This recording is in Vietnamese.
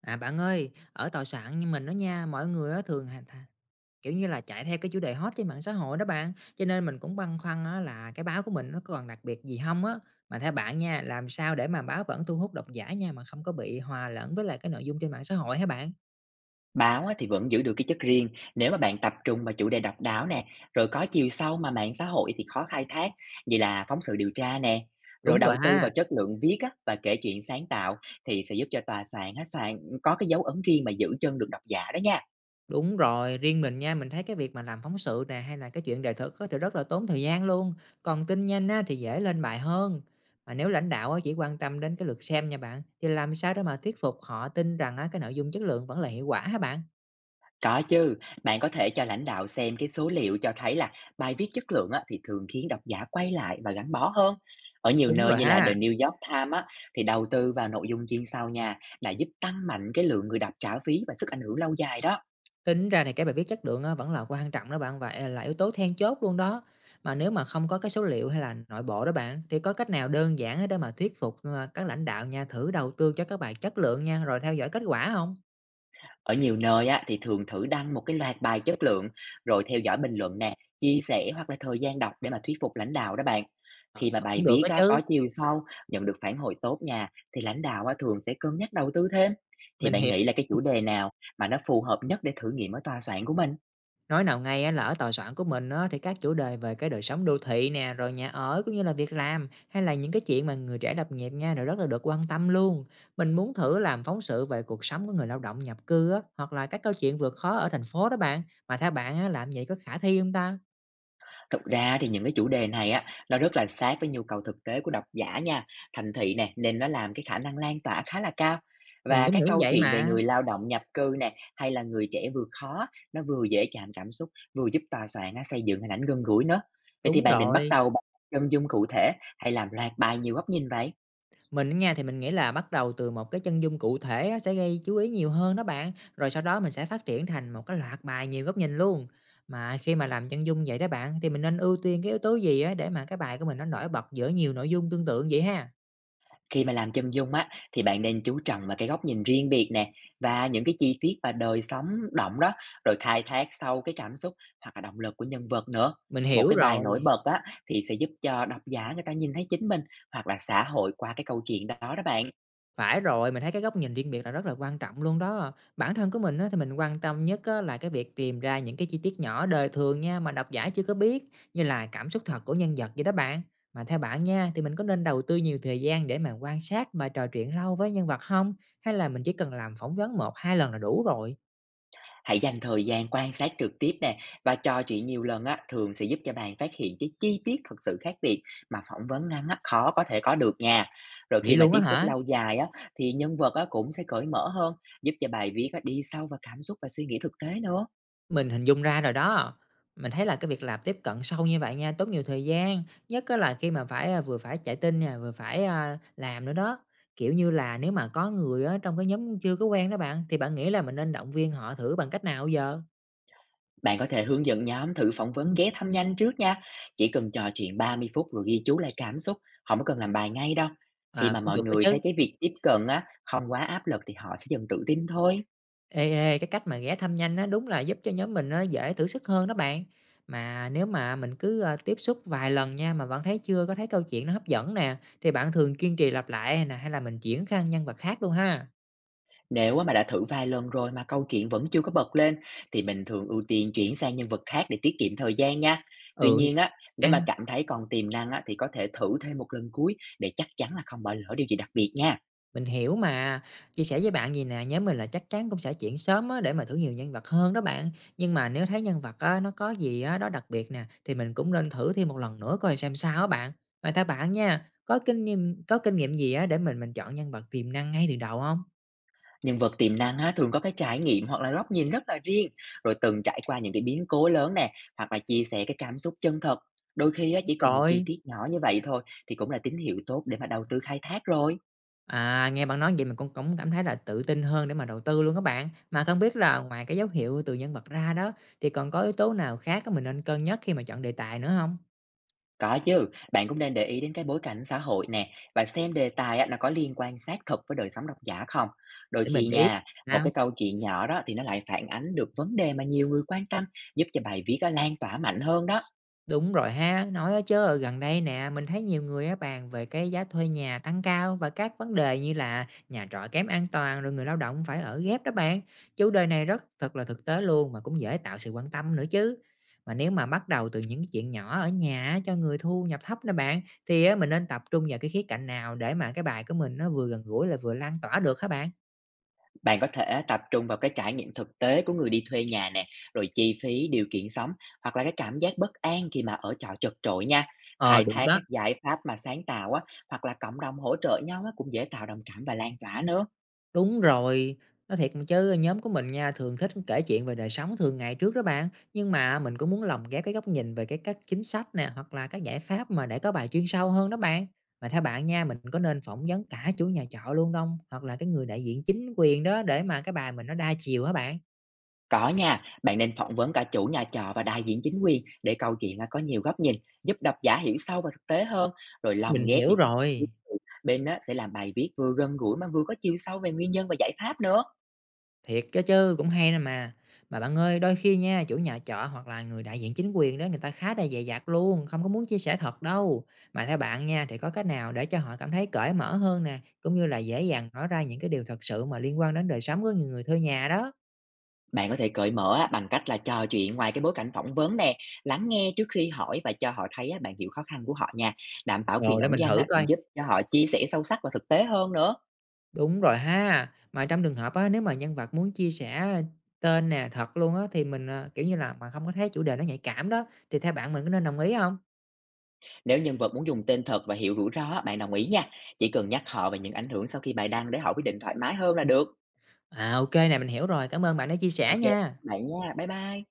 À bạn ơi, ở tòa soạn như mình đó nha, mọi người á thường kiểu như là chạy theo cái chủ đề hot trên mạng xã hội đó bạn, cho nên mình cũng băn khoăn á là cái báo của mình nó còn đặc biệt gì không á. Mà theo bạn nha, làm sao để mà báo vẫn thu hút độc giả nha mà không có bị hòa lẫn với lại cái nội dung trên mạng xã hội hả bạn? Báo á, thì vẫn giữ được cái chất riêng nếu mà bạn tập trung vào chủ đề độc đáo nè, rồi có chiều sâu mà mạng xã hội thì khó khai thác, như là phóng sự điều tra nè. Rồi Đúng rồi đầu tư ha. vào chất lượng viết á, và kể chuyện sáng tạo thì sẽ giúp cho tòa soạn á, soạn có cái dấu ấn riêng mà giữ chân được độc giả đó nha. Đúng rồi, riêng mình nha, mình thấy cái việc mà làm phóng sự nè, hay là cái chuyện đề thực á thì rất là tốn thời gian luôn, còn tin nhanh á thì dễ lên bài hơn. Mà nếu lãnh đạo á chỉ quan tâm đến cái lượt xem nha bạn, thì làm sao để mà thuyết phục họ tin rằng á cái nội dung chất lượng vẫn là hiệu quả hả bạn? Có chứ, bạn có thể cho lãnh đạo xem cái số liệu cho thấy là bài viết chất lượng á, thì thường khiến độc giả quay lại và gắn bó hơn. Ở nhiều Đúng nơi rồi như là ha. The New York Times á, thì đầu tư vào nội dung chuyên sâu nha đã giúp tăng mạnh cái lượng người đọc trả phí và sức ảnh hưởng lâu dài đó. Tính ra thì cái bài viết chất lượng á vẫn là quan trọng đó bạn và là yếu tố then chốt luôn đó. Mà nếu mà không có cái số liệu hay là nội bộ đó bạn, thì có cách nào đơn giản á để mà thuyết phục các lãnh đạo nha thử đầu tư cho các bài chất lượng nha, rồi theo dõi kết quả không? Ở nhiều nơi á, thì thường thử đăng một cái loạt bài chất lượng, rồi theo dõi bình luận nè, chia sẻ hoặc là thời gian đọc để mà thuyết phục lãnh đạo đó bạn. Ờ, Khi mà cũng bài được viết đó á, chứ. có chiều sâu, nhận được phản hồi tốt nha, thì lãnh đạo á, thường sẽ cân nhắc đầu tư thêm. Thì Mình bạn hiểu. nghĩ là cái Ừm, chủ đề nào mà nó phù hợp nhất để thử nghiệm ở tòa soạn của mình? nói nào ngay á là ở tòa soạn của mình á, thì các chủ đề về cái đời sống đô thị nè, rồi nhà ở cũng như là việc làm, hay là những cái chuyện mà người trẻ lập nghiệp nha, rồi rất là được quan tâm luôn. Mình muốn thử làm phóng sự về cuộc sống của người lao động nhập cư á, hoặc là các câu chuyện vượt khó ở thành phố đó bạn, mà theo bạn á, làm vậy có khả thi không ta? Thực ra thì những cái chủ đề này á, nó rất là sát với nhu cầu thực tế của độc giả nha, thành thị nè, nên nó làm cái khả năng lan tỏa khá là cao. Mình Và cũng các nghĩ như câu vậy chuyện về mà. người lao động nhập cư nè, hay là người trẻ vừa khó, nó vừa dễ chạm cảm xúc, vừa giúp tòa soạn á, xây dựng hình ảnh gần gũi nữa. Vậy thì Đúng bạn định bắt rồi. đầu bằng chân dung cụ thể hay làm loạt bài nhiều góc nhìn vậy? Mình á nha, thì mình nghĩ là bắt đầu từ một cái chân dung cụ thể á, sẽ gây chú ý nhiều hơn đó bạn, rồi sau đó mình sẽ phát triển thành một cái loạt bài nhiều góc nhìn luôn. Mà khi mà làm chân dung vậy đó bạn, thì mình nên ưu tiên cái yếu tố gì á, để mà cái bài của mình nó nổi bật giữa nhiều nội dung tương tự vậy ha? Khi mà làm chân dung á, thì bạn nên chú trọng vào cái góc nhìn riêng biệt nè và những cái chi tiết và đời sống động đó, rồi khai thác sâu cái cảm xúc hoặc là động lực của nhân vật nữa. Mình Một hiểu cái bài nổi rồi. bật á thì sẽ giúp cho độc giả người ta nhìn thấy chính mình hoặc là xã hội qua cái câu chuyện đó đó bạn. Phải rồi, mình thấy cái góc nhìn riêng biệt là rất là quan trọng luôn đó. Bản thân của mình á, thì mình quan tâm nhất á, là cái việc tìm ra những cái chi tiết nhỏ đời thường nha mà độc giả chưa có biết, như là cảm xúc thật của nhân vật vậy đó bạn. Mà theo bạn nha, thì mình có nên đầu tư nhiều thời gian để mà quan sát và trò chuyện lâu với nhân vật không? Hay là mình chỉ cần làm phỏng vấn một hai lần là đủ rồi? Hãy dành thời gian quan sát trực tiếp nè và trò chuyện nhiều lần á, thường sẽ giúp cho bạn phát hiện cái chi tiết thực sự khác biệt mà phỏng vấn ngắn á, khó có thể có được nha. Rồi Vậy khi mà luôn á tiếp xúc hả? lâu dài á, thì nhân vật á, cũng sẽ cởi mở hơn, giúp cho bài viết á, đi sâu vào cảm xúc và suy nghĩ thực tế nữa. Mình hình dung ra rồi đó. Mình thấy là cái việc làm tiếp cận sâu như vậy nha, tốn nhiều thời gian, nhất á là khi mà phải, vừa phải chạy tin nè, vừa phải, làm nữa đó. Kiểu như là, nếu mà có người ở trong cái nhóm chưa có quen đó bạn, thì bạn nghĩ là mình nên động viên họ thử bằng cách nào giờ? Bạn có thể hướng dẫn nhóm thử phỏng vấn ghé thăm nhanh trước nha. Chỉ cần trò chuyện 30 phút rồi ghi chú lại cảm xúc, không có cần làm bài ngay đâu. Khi À, mà cũng mọi được đó người chứ. thấy cái việc tiếp cận á, không quá áp lực thì họ sẽ dần tự tin thôi. Ê, cái cách mà ghé thăm nhanh á, đúng là giúp cho nhóm mình nó dễ thử sức hơn đó bạn. Mà nếu mà mình cứ, tiếp xúc vài lần nha, mà vẫn thấy chưa có thấy câu chuyện nó hấp dẫn nè, thì bạn thường kiên trì lặp lại nè, hay là mình chuyển sang nhân vật khác luôn ha? Nếu á mà đã thử vài lần rồi mà câu chuyện vẫn chưa có bật lên thì mình thường ưu tiên chuyển sang nhân vật khác để tiết kiệm thời gian nha. Tuy Ừ, nhiên á, nếu mà ăn, cảm thấy còn tiềm năng á, thì có thể thử thêm một lần cuối để chắc chắn là không bỏ lỡ điều gì đặc biệt nha. mình hiểu mà. Chia sẻ với bạn gì nè, nhóm mình là chắc chắn cũng sẽ chuyển sớm á, để mà thử nhiều nhân vật hơn đó bạn. Nhưng mà nếu thấy nhân vật á, nó có gì á, đó đặc biệt nè, thì mình cũng nên thử thêm một lần nữa coi xem sao á bạn. Mà theo bạn nha, có kinh nghiệm gì á, để mình chọn nhân vật tiềm năng ngay từ đầu không Nhân vật tiềm năng á, thường có cái trải nghiệm hoặc là góc nhìn rất là riêng, rồi từng trải qua những cái biến cố lớn nè, hoặc là chia sẻ cái cảm xúc chân thật. Đôi khi á, chỉ cần một chi rồi. tiết nhỏ như vậy thôi thì cũng là tín hiệu tốt để mà đầu tư khai thác rồi. À, nghe bạn nói vậy mình cũng cũng cảm thấy là tự tin hơn để mà đầu tư luôn các bạn. Mà không biết là ngoài cái dấu hiệu từ nhân vật ra đó, thì còn có yếu tố nào khác á, mình nên cân nhắc khi mà chọn đề tài nữa không? Có chứ, bạn cũng nên để ý đến cái bối cảnh xã hội nè và xem đề tài á, nó có liên quan sát thực với đời sống độc giả không. Đôi Để mình khi để ý nha, một ha. cái câu chuyện nhỏ đó thì nó lại phản ánh được vấn đề mà nhiều người quan tâm, giúp cho bài viết á, lan tỏa mạnh hơn đó. Đúng rồi ha, nói á chớ, gần đây nè, mình thấy nhiều người á bàn về cái giá thuê nhà tăng cao và các vấn đề như là nhà trọ kém an toàn rồi người lao động phải ở ghép đó bạn. Chủ đề này rất thật là thực tế luôn mà cũng dễ tạo sự quan tâm nữa chứ. Mà nếu mà bắt đầu từ những cái chuyện nhỏ ở nhà á, cho người thu nhập thấp nè bạn, thì á, mình nên tập trung vào cái khía cạnh nào để mà cái bài của mình nó vừa gần gũi là vừa lan tỏa được hả bạn? Bạn có thể tập trung vào cái trải nghiệm thực tế của người đi thuê nhà nè, rồi chi phí, điều kiện sống hoặc là cái cảm giác bất an khi mà ở trọ chật chội nha. Ờ Khai được thác đó. các giải pháp mà sáng tạo á, hoặc là cộng đồng hỗ trợ nhau á, cũng dễ tạo đồng cảm và lan tỏa nữa. Đúng rồi, nói thiệt chứ nhóm của mình nha thường thích kể chuyện về đời sống thường ngày trước đó bạn, nhưng mà mình cũng muốn lồng ghép cái góc nhìn về cái các chính sách nè hoặc là các giải pháp mà để có bài chuyên sâu hơn đó bạn. Mà theo bạn nha, mình có nên phỏng vấn cả chủ nhà trọ luôn không? Hoặc là cái người đại diện chính quyền đó để mà cái bài mình nó đa chiều hả bạn? Có nha, bạn nên phỏng vấn cả chủ nhà trọ và đại diện chính quyền để câu chuyện á, có nhiều góc nhìn, giúp độc giả hiểu sâu và thực tế hơn, rồi Mình lồng ghép hiểu những rồi. bên á, sẽ làm bài viết vừa gần gũi mà vừa có chiều sâu về nguyên nhân và giải pháp nữa. Thiệt đó chứ, cũng hay nè mà. Mà bạn ơi, đôi khi nha, chủ nhà trọ hoặc là người đại diện chính quyền đó, người ta khá là dè dặt luôn, không có muốn chia sẻ thật đâu. Mà theo bạn nha, thì có cách nào để cho họ cảm thấy cởi mở hơn nè, cũng như là dễ dàng nói ra những cái điều thật sự mà liên quan đến đời sống của người người thuê nhà đó? Bạn có thể cởi mở á, bằng cách là trò chuyện ngoài cái bối cảnh phỏng vấn nè, lắng nghe trước khi hỏi và cho họ thấy á, bạn hiểu khó khăn của họ nha. Đảm bảo quyền Rồi để ẩn mình danh thử á, coi. cũng giúp cho họ chia sẻ sâu sắc và thực tế hơn nữa. Đúng rồi ha. Mà trong trường hợp á, nếu mà nhân vật muốn chia sẻ tên nè, thật luôn á, thì mình, kiểu như là, mà không có thấy chủ đề nó nhạy cảm đó, thì theo bạn mình có nên đồng ý không? Nếu nhân vật muốn dùng tên thật và hiểu rủi ro, á, bạn đồng ý nha. Chỉ cần nhắc họ về những ảnh hưởng sau khi bài đăng để họ quyết định thoải mái hơn là được. À, ok nè, mình hiểu rồi, cảm ơn bạn đã chia sẻ OK, các nha. bạn nha. Bye bye.